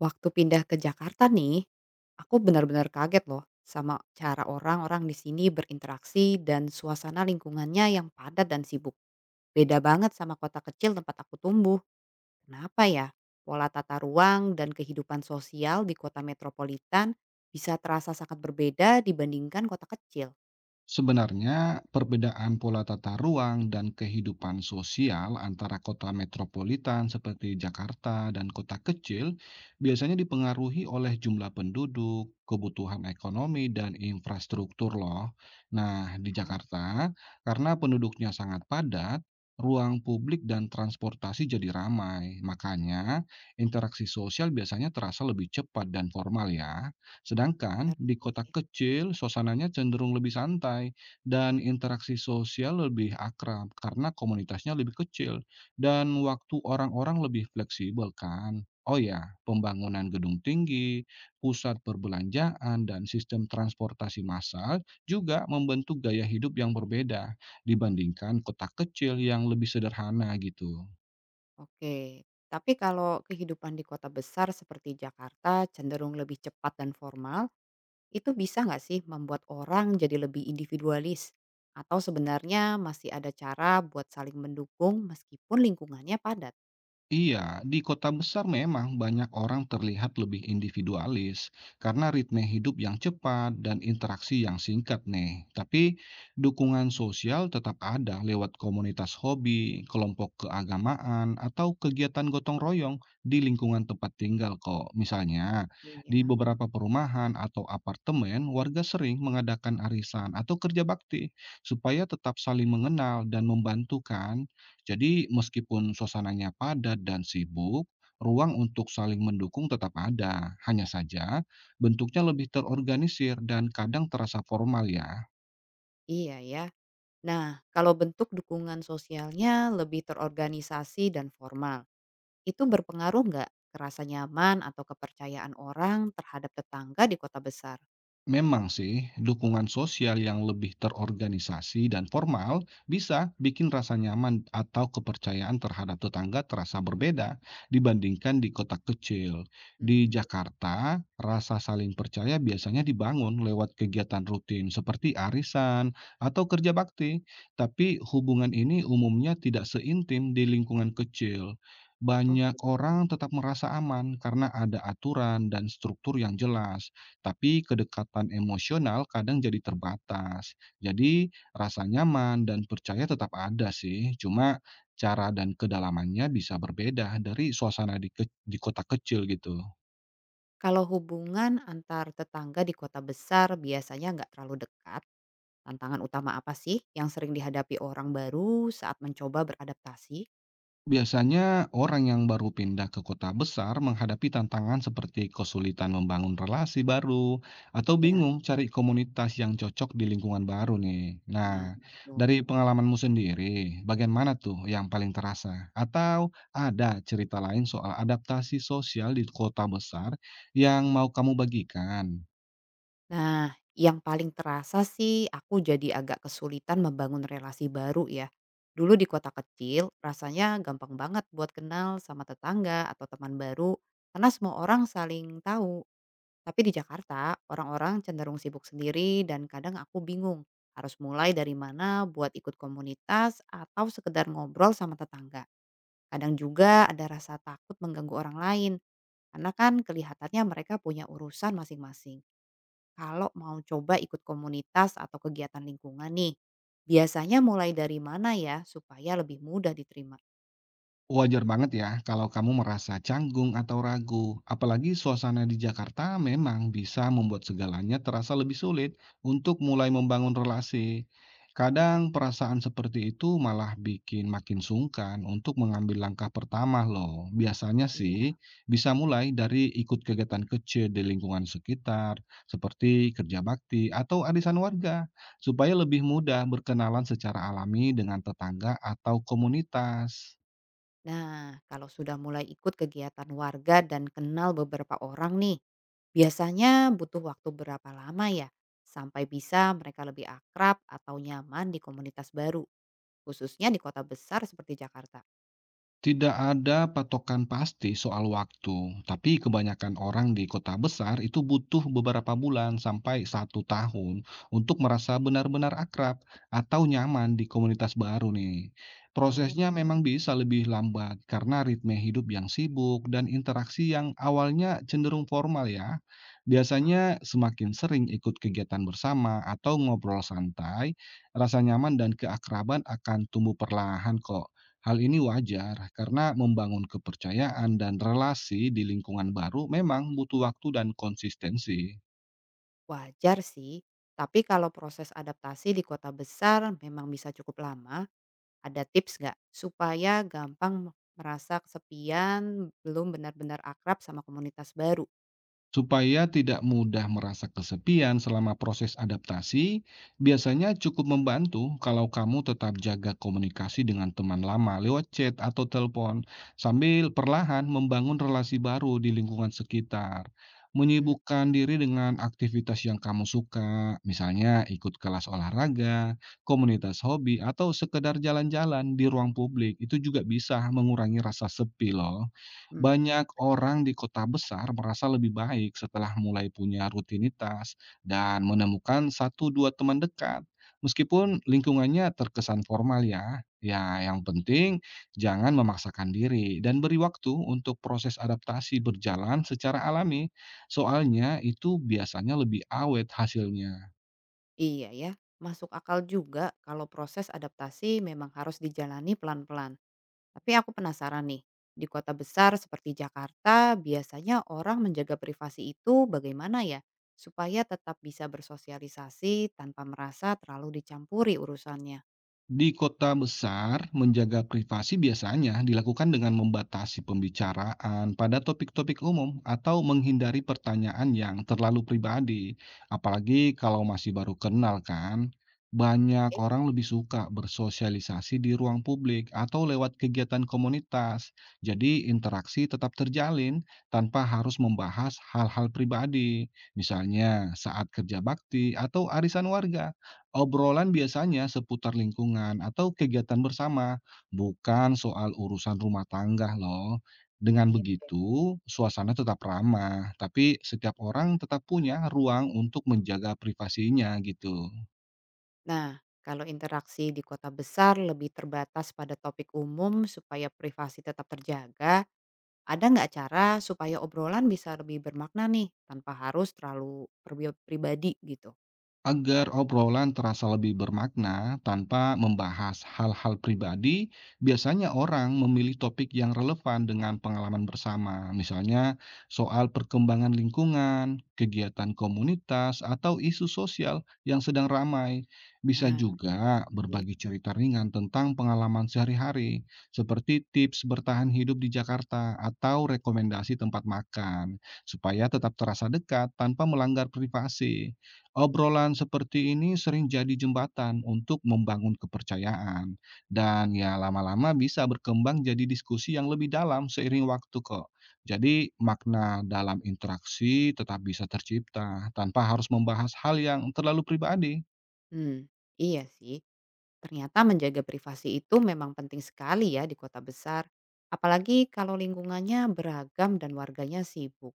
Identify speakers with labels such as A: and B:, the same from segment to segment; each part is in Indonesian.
A: Waktu pindah ke Jakarta nih, aku benar-benar kaget loh sama cara orang-orang di sini berinteraksi dan suasana lingkungannya yang padat dan sibuk. Beda banget sama kota kecil tempat aku tumbuh. Kenapa ya? Pola tata ruang dan kehidupan sosial di kota metropolitan bisa terasa sangat berbeda dibandingkan kota kecil.
B: Sebenarnya, perbedaan pola tata ruang dan kehidupan sosial antara kota metropolitan seperti Jakarta dan kota kecil biasanya dipengaruhi oleh jumlah penduduk, kebutuhan ekonomi, dan infrastruktur loh. Nah, di
A: Ya,
B: Jakarta, karena penduduknya sangat padat, ruang publik dan transportasi jadi ramai. Makanya, interaksi sosial biasanya terasa lebih cepat dan formal ya. Sedangkan di
A: benar
B: kota
A: sih.
B: kecil, suasananya cenderung lebih santai dan interaksi sosial lebih akrab karena komunitasnya lebih kecil dan waktu orang-orang lebih fleksibel kan. Oh ya, pembangunan gedung tinggi, pusat perbelanjaan, dan sistem transportasi massal juga membentuk gaya hidup yang berbeda dibandingkan kota kecil yang lebih sederhana gitu.
A: Oke, tapi kalau kehidupan di kota besar seperti Jakarta cenderung lebih cepat dan formal, itu bisa nggak sih membuat orang jadi lebih individualis? Atau sebenarnya masih ada cara buat saling mendukung meskipun lingkungannya padat?
B: Iya, di kota besar memang banyak orang terlihat lebih individualis karena ritme hidup yang cepat dan interaksi yang singkat nih. Tapi dukungan sosial tetap ada lewat komunitas hobi, kelompok keagamaan, atau kegiatan gotong royong di lingkungan tempat tinggal kok. Misalnya,
A: Hmm.
B: di
A: Ya,
B: beberapa perumahan atau apartemen, warga sering mengadakan arisan atau kerja bakti supaya tetap saling mengenal dan membantu kan. Jadi meskipun suasananya padat dan sibuk, ruang untuk saling mendukung tetap ada. Hanya saja bentuknya lebih terorganisir dan kadang terasa formal ya.
A: iya ya. Nah, kalau bentuk dukungan sosialnya lebih terorganisasi dan formal, itu berpengaruh nggak ke rasa nyaman atau kepercayaan orang terhadap tetangga di kota besar?
B: Memang sih, dukungan sosial yang lebih terorganisasi dan formal bisa bikin rasa nyaman atau kepercayaan terhadap tetangga terasa berbeda dibandingkan di kota kecil. Di
A: Mhm.
B: Jakarta, rasa saling percaya biasanya dibangun lewat kegiatan rutin seperti arisan atau kerja bakti, tapi hubungan ini umumnya tidak seintim di lingkungan kecil.
A: Oh
B: Banyak
A: gitu.
B: orang tetap merasa aman karena ada aturan dan struktur yang jelas, tapi kedekatan emosional kadang jadi terbatas. Jadi rasa nyaman dan percaya tetap ada sih, cuma cara dan kedalamannya bisa berbeda dari suasana di kota kecil gitu.
A: Kalau hubungan antar tetangga di kota besar biasanya nggak terlalu dekat, tantangan utama apa sih yang sering dihadapi orang baru saat mencoba beradaptasi?
B: Biasanya, orang yang baru pindah ke kota besar menghadapi tantangan seperti kesulitan membangun relasi baru atau
A: Ya,
B: bingung cari komunitas yang cocok di lingkungan baru nih.
A: nah
B: Nah,
A: itu.
B: dari pengalamanmu sendiri, bagian mana tuh yang paling terasa? Atau ada cerita lain soal adaptasi sosial di kota besar yang mau kamu bagikan?
A: Nah, yang paling terasa sih aku jadi agak kesulitan membangun relasi baru ya. Dulu di kota kecil, rasanya gampang banget buat kenal sama tetangga atau teman baru karena semua orang saling tahu. Tapi di Jakarta, orang-orang cenderung sibuk sendiri dan kadang aku bingung harus mulai dari mana buat ikut komunitas atau sekedar ngobrol sama tetangga. Kadang juga ada rasa takut mengganggu orang lain, karena kan kelihatannya mereka punya urusan masing-masing. Kalau mau coba ikut komunitas atau kegiatan lingkungan nih, biasanya mulai dari mana ya supaya lebih mudah diterima?
B: Wajar banget ya kalau kamu merasa canggung atau ragu, apalagi suasana di Jakarta memang bisa membuat segalanya terasa lebih sulit untuk mulai membangun relasi.
A: Ngajak.
B: Kadang perasaan seperti itu malah bikin makin sungkan untuk mengambil langkah pertama loh. Biasanya
A: Iya.
B: sih bisa mulai dari ikut kegiatan kecil di lingkungan sekitar, seperti kerja bakti atau arisan warga, supaya lebih mudah berkenalan secara alami dengan tetangga atau komunitas.
A: Nah, kalau sudah mulai ikut kegiatan warga dan kenal beberapa orang nih, biasanya butuh waktu berapa lama ya sampai bisa mereka lebih akrab atau nyaman di komunitas baru, khususnya di kota besar seperti Jakarta?
B: Tidak ada patokan pasti soal waktu, tapi kebanyakan orang di kota besar itu butuh beberapa bulan sampai satu tahun untuk merasa benar-benar akrab atau nyaman di komunitas baru nih. Prosesnya
A: Oh.
B: memang bisa lebih lambat karena ritme hidup yang sibuk dan interaksi yang awalnya cenderung formal ya.
A: Masuk akal.
B: Biasanya semakin sering ikut kegiatan bersama atau ngobrol santai, rasa nyaman dan keakraban akan tumbuh perlahan kok. Hal ini wajar karena membangun kepercayaan dan relasi di lingkungan baru memang butuh waktu dan konsistensi.
A: Wajar sih, tapi kalau proses adaptasi di kota besar memang bisa cukup lama, ada tips nggak supaya gampang merasa kesepian, belum benar-benar akrab sama komunitas baru?
B: Supaya tidak mudah merasa kesepian selama proses adaptasi, biasanya cukup membantu kalau kamu tetap jaga komunikasi dengan teman lama lewat chat atau telepon, sambil perlahan membangun relasi baru di lingkungan sekitar.
A: Hmm,
B: Menyibukkan diri dengan aktivitas yang kamu suka, misalnya ikut kelas olahraga, komunitas hobi, atau sekedar jalan-jalan di ruang publik, itu juga bisa mengurangi rasa sepi loh.
A: mhm,
B: Banyak
A: i
B: orang di kota besar merasa lebih baik setelah mulai punya rutinitas dan menemukan satu dua teman dekat. Meskipun lingkungannya terkesan formal ya, yang penting jangan memaksakan diri dan beri waktu untuk proses adaptasi berjalan secara alami. Soalnya itu biasanya lebih awet hasilnya.
A: iya ya, masuk akal juga kalau proses adaptasi memang harus dijalani pelan-pelan. Tapi aku penasaran nih, di kota besar seperti Jakarta, biasanya orang menjaga privasi itu bagaimana ya? Supaya tetap bisa bersosialisasi tanpa merasa terlalu dicampuri urusannya.
B: Di kota besar, menjaga privasi biasanya dilakukan dengan membatasi pembicaraan pada topik-topik umum atau menghindari pertanyaan yang terlalu pribadi. Apalagi kalau masih baru kenal kan, banyak
A: Oke.
B: orang lebih suka bersosialisasi di ruang publik atau lewat kegiatan komunitas. Jadi interaksi tetap terjalin tanpa harus membahas hal-hal pribadi, misalnya saat kerja bakti atau arisan warga. Obrolan biasanya seputar lingkungan atau kegiatan bersama, bukan soal urusan rumah tangga loh. Dengan
A: Iya deh.
B: begitu, suasana tetap ramah, tapi setiap orang tetap punya ruang untuk menjaga privasinya gitu.
A: Nah, kalau interaksi di kota besar lebih terbatas pada topik umum supaya privasi tetap terjaga, ada nggak cara supaya obrolan bisa lebih bermakna nih tanpa harus terlalu pribadi gitu?
B: Agar obrolan terasa lebih bermakna tanpa membahas hal-hal pribadi, biasanya orang memilih topik yang relevan dengan pengalaman bersama, misalnya soal perkembangan lingkungan, kegiatan komunitas, atau isu sosial yang sedang ramai. Bisa
A: Ah, iya
B: juga
A: sih.
B: berbagi cerita ringan tentang pengalaman sehari-hari, seperti tips bertahan hidup di Jakarta atau rekomendasi tempat makan, supaya tetap terasa dekat tanpa melanggar privasi. Obrolan seperti ini sering jadi jembatan untuk membangun kepercayaan, dan ya lama-lama bisa berkembang jadi diskusi yang lebih dalam seiring waktu kok. Jadi makna dalam interaksi tetap bisa tercipta tanpa harus membahas hal yang terlalu pribadi.
A: Hmm, iya sih. Ternyata menjaga privasi itu memang penting sekali ya di kota besar, apalagi kalau lingkungannya beragam dan warganya sibuk.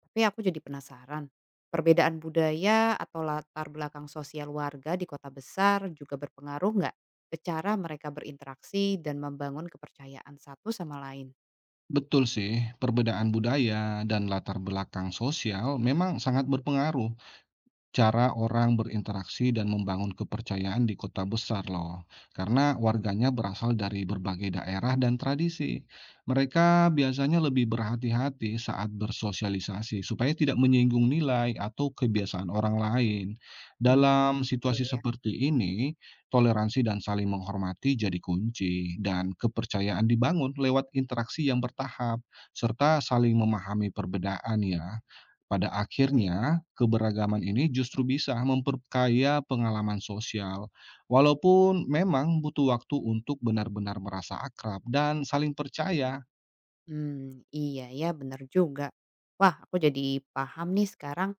A: Tapi aku jadi penasaran, perbedaan budaya atau latar belakang sosial warga di kota besar juga berpengaruh nggak ke cara mereka berinteraksi dan membangun kepercayaan satu sama lain?
B: Betul sih, perbedaan budaya dan latar belakang sosial memang sangat berpengaruh. Cara orang berinteraksi dan membangun kepercayaan di kota besar loh, karena warganya berasal dari berbagai daerah dan tradisi. Mereka biasanya lebih berhati-hati saat bersosialisasi supaya tidak menyinggung nilai atau kebiasaan orang lain.
A: Hmm,
B: Dalam
A: betul
B: situasi
A: ya.
B: seperti ini, toleransi dan saling menghormati jadi kunci dan kepercayaan dibangun lewat interaksi yang bertahap serta saling memahami perbedaan ya. Pada
A: Oke.
B: akhirnya, keberagaman ini justru bisa memperkaya pengalaman sosial, walaupun memang butuh waktu untuk benar-benar merasa akrab dan saling percaya.
A: Hmm, iya ya benar juga. Wah, aku jadi paham nih sekarang.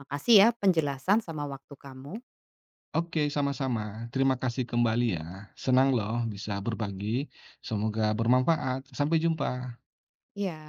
A: Makasih ya penjelasan sama waktu kamu.
B: Oke, sama-sama. Terima kasih kembali ya. Senang loh bisa berbagi. Semoga bermanfaat. Sampai jumpa.
A: Iya.